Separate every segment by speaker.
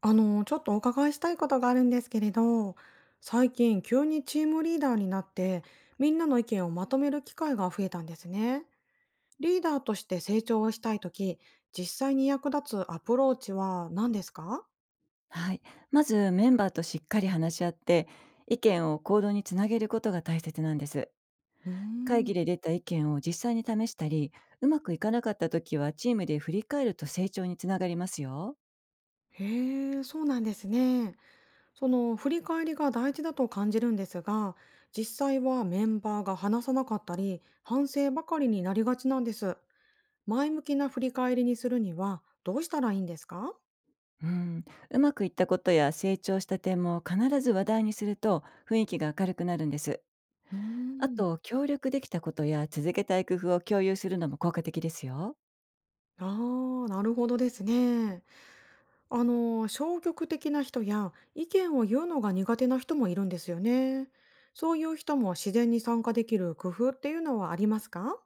Speaker 1: ちょっとお伺いしたいことがあるんですけれど、最近急にチームリーダーになって、みんなの意見をまとめる機会が増えたんですね。リーダーとして成長をしたいとき、実際に役立つアプローチは何ですか？
Speaker 2: はい。まずメンバーとしっかり話し合って、意見を行動につなげることが大切なんです。
Speaker 1: うー
Speaker 2: 会議
Speaker 1: ん。
Speaker 2: で出た意見を実際に試したり、うまくいかなかった時はチームで振り返ると成長につながりますよ。
Speaker 1: へえ、そうなんですね。その振り返りが大事だと感じるんですが、実際はメンバーが話さなかったり、反省ばかりになりがちなんです。前向きな振り返りにするにはどうしたらいいんですか？
Speaker 2: うん、うまくいったことや成長した点も必ず話題にすると雰囲気が明るくなるんです。
Speaker 1: うー
Speaker 2: あ
Speaker 1: ん。
Speaker 2: と、協力できたことや続けたい工夫を共有するのも効果的ですよ。
Speaker 1: ああ、なるほどですね。消極的な人や意見を言うのが苦手な人もいるんですよね。そういう人も自然に参加できる工夫っていうのはありますか？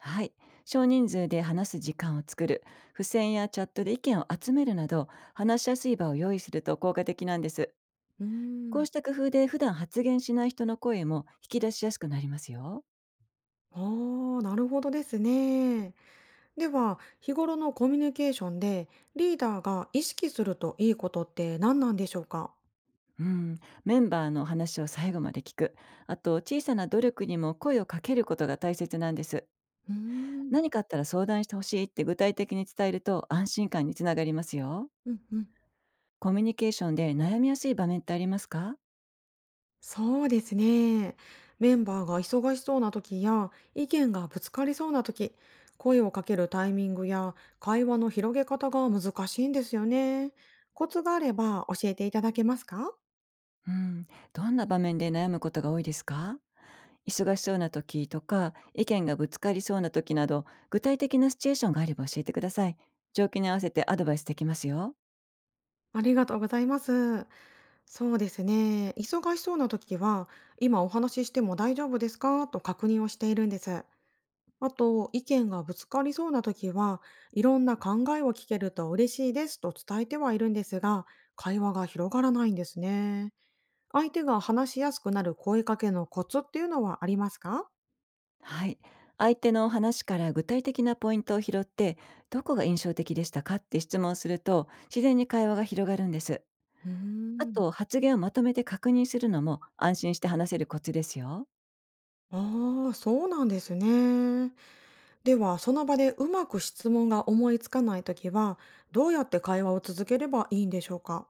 Speaker 2: はい。少人数で話す時間を作る、付箋やチャットで意見を集めるなど、話しやすい場を用意すると効果的なんです。
Speaker 1: うー
Speaker 2: こう
Speaker 1: ん。
Speaker 2: した工夫で普段発言しない人の声も引き出しやすくなりますよ。
Speaker 1: ああ、なるほどですね。では、日頃のコミュニケーションでリーダーが意識するといいことって何なんでしょうか？
Speaker 2: うん、メンバーの話を最後まで聞く。あと、小さな努力にも声をかけることが大切なんです。
Speaker 1: うーん。
Speaker 2: 何かあったら相談してほしいって具体的に伝えると安心感につながりますよ。
Speaker 1: うんうん。
Speaker 2: コミュニケーションで悩みやすい場面ってありますか？
Speaker 1: そうですね。メンバーが忙しそうな時や意見がぶつかりそうな時、声をかけるタイミングや会話の広げ方が難しいんですよね。コツがあれば教えていただけますか？
Speaker 2: うん、どんな場面で悩むことが多いですか？忙しそうな時とか、意見がぶつかりそうな時など、具体的なシチュエーションがあれば教えてください。状況に合わせてアドバイスできますよ。
Speaker 1: ありがとうございます。そうですね。忙しそうな時は、今お話ししても大丈夫ですかと確認をしているんです。あと、意見がぶつかりそうな時は、いろんな考えを聞けると嬉しいですと伝えてはいるんですが、会話が広がらないんですね。相手が話しやすくなる声かけのコツっていうのはありますか？
Speaker 2: はい。相手の話から具体的なポイントを拾って、どこが印象的でしたかって質問すると、自然に会話が広がるんです。
Speaker 1: うー
Speaker 2: あ
Speaker 1: ん。
Speaker 2: と、発言をまとめて確認するのも安心して話せるコツですよ。
Speaker 1: ああ、そうなんですね。では、その場でうまく質問が思いつかない時は、どうやって会話を続ければいいんでしょうか？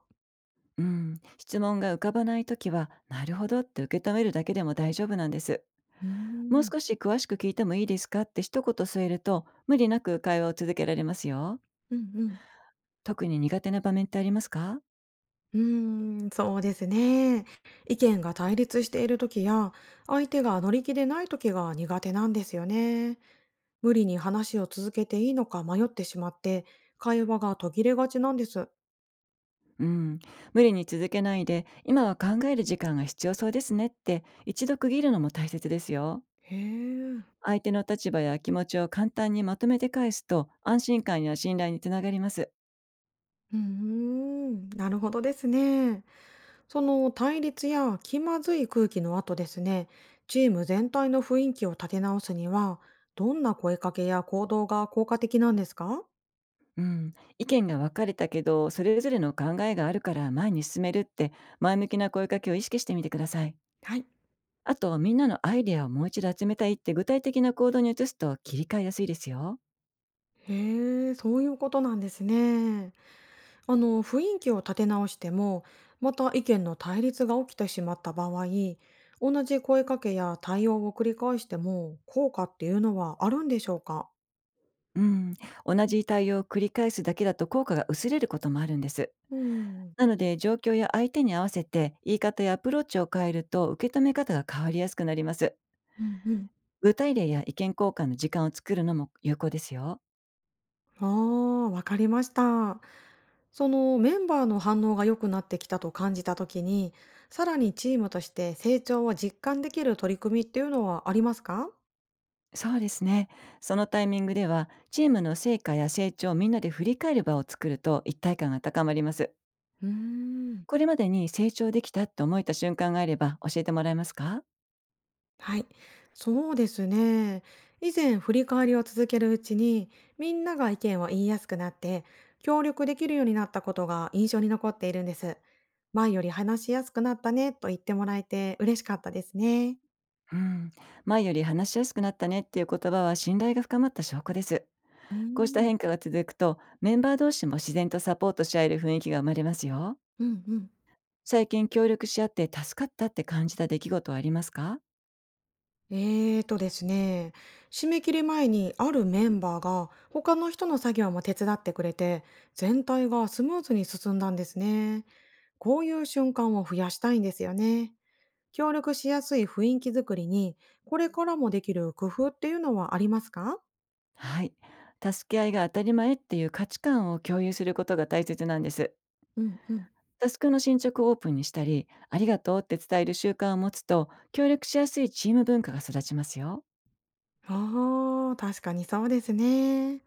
Speaker 2: うん。質問が浮かばない時は、なるほどって受け止めるだけでも大丈夫なんです。
Speaker 1: うー
Speaker 2: もう
Speaker 1: ん。
Speaker 2: 少し詳しく聞いてもいいですかって一言添えると、無理なく会話を続けられますよ。
Speaker 1: うんうん。
Speaker 2: 特に苦手な場面ってありますか？
Speaker 1: うーん、そうですね。意見が対立している時や、相手が乗り気でない時が苦手なんですよね。無理に話を続けていいのか迷ってしまって、会話が途切れがちなんです。
Speaker 2: うん。無理に続けないで、今は考える時間が必要そうですねって一度区切るのも大切ですよ。
Speaker 1: へえ。
Speaker 2: 相手の立場や気持ちを簡単にまとめて返すと安心感や信頼につながります。
Speaker 1: うーん、なるほどですね。その対立や気まずい空気の後ですね、チーム全体の雰囲気を立て直すには、どんな声かけや行動が効果的なんですか？
Speaker 2: うん、意見が分かれたけどそれぞれの考えがあるから前に進めるって前向きな声かけを意識してみてください。
Speaker 1: はい。
Speaker 2: あと、みんなのアイデアをもう一度集めたいって具体的な行動に移すと切り替えやすいですよ。
Speaker 1: へえ、そういうことなんですね。あの雰囲気を立て直してもまた意見の対立が起きてしまった場合、同じ声かけや対応を繰り返しても効果っていうのはあるんでしょうか？
Speaker 2: うん。同じ対応を繰り返すだけだと効果が薄れることもあるんです。
Speaker 1: うん。
Speaker 2: なので、状況や相手に合わせて言い方やアプローチを変えると受け止め方が変わりやすくなります。
Speaker 1: うんうん。
Speaker 2: 具体例や意見交換の時間を作るのも有効ですよ。
Speaker 1: ああ、わかりました。そのメンバーの反応が良くなってきたと感じたときに、さらにチームとして成長を実感できる取り組みっていうのはありますか？
Speaker 2: そうですね。そのタイミングでは、チームの成果や成長をみんなで振り返る場を作ると一体感が高まります。
Speaker 1: うーん。
Speaker 2: これまでに成長できたと思えた瞬間があれば教えてもらえますか？
Speaker 1: はい、そうですね。以前振り返りを続けるうちに、みんなが意見を言いやすくなって、協力できるようになったことが印象に残っているんです。前より話しやすくなったねと言ってもらえて嬉しかったですね。
Speaker 2: うん、前より話しやすくなったねっていう言葉は信頼が深まった証拠です。
Speaker 1: うー
Speaker 2: こうした
Speaker 1: ん。
Speaker 2: 変化が続くと、メンバー同士も自然とサポートし合える雰囲気が生まれますよ。
Speaker 1: うんうん。
Speaker 2: 最近協力し合って助かったって感じた出来事はありますか？
Speaker 1: ですね、締め切り前にあるメンバーが他の人の作業も手伝ってくれて、全体がスムーズに進んだんですね。こういう瞬間を増やしたいんですよね。協力しやすい雰囲気づくりに、これからもできる工夫っていうのはありますか？
Speaker 2: はい。助け合いが当たり前っていう価値観を共有することが大切なんです。
Speaker 1: うんうん。
Speaker 2: タスクの進捗をオープンにしたり、ありがとうって伝える習慣を持つと、協力しやすいチーム文化が育ちますよ。
Speaker 1: ああ、確かにそうですね。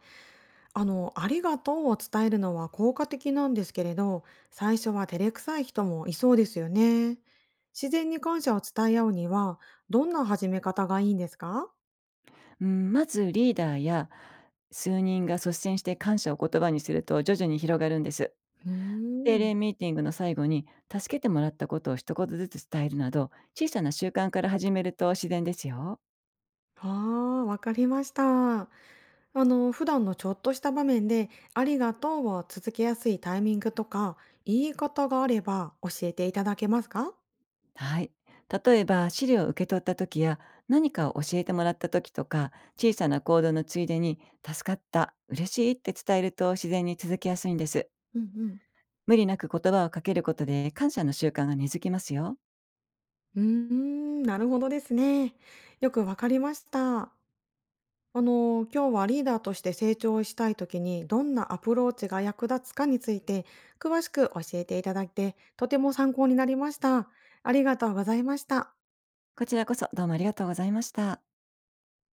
Speaker 1: ありがとうを伝えるのは効果的なんですけれど、最初は照れくさい人もいそうですよね。自然に感謝を伝え合うには、どんな始め方がいいんですか？
Speaker 2: うん、まずリーダーや数人が率先して感謝を言葉にすると徐々に広がるんです。
Speaker 1: うー
Speaker 2: 定
Speaker 1: ん。
Speaker 2: 例ミーティングの最後に助けてもらったことを一言ずつ伝えるなど、小さな習慣から始めると自然ですよ。
Speaker 1: ああ、わかりました。あ普段のちょっとした場面で、ありがとうを続けやすいタイミングとか、言い方があれば教えていただけますか？
Speaker 2: はい。例えば資料を受け取った時や何かを教えてもらった時とか、小さな行動のついでに助かった、嬉しいって伝えると自然に続きやすいんです。
Speaker 1: うんうん。
Speaker 2: 無理なく言葉をかけることで感謝の習慣が根付きますよ。
Speaker 1: うーん、なるほどですね。よくわかりました。今日はリーダーとして成長したい時に、どんなアプローチが役立つかについて、詳しく教えていただいて、とても参考になりました。ありがとうございました。
Speaker 2: こちらこそ、どうもありがとうございました。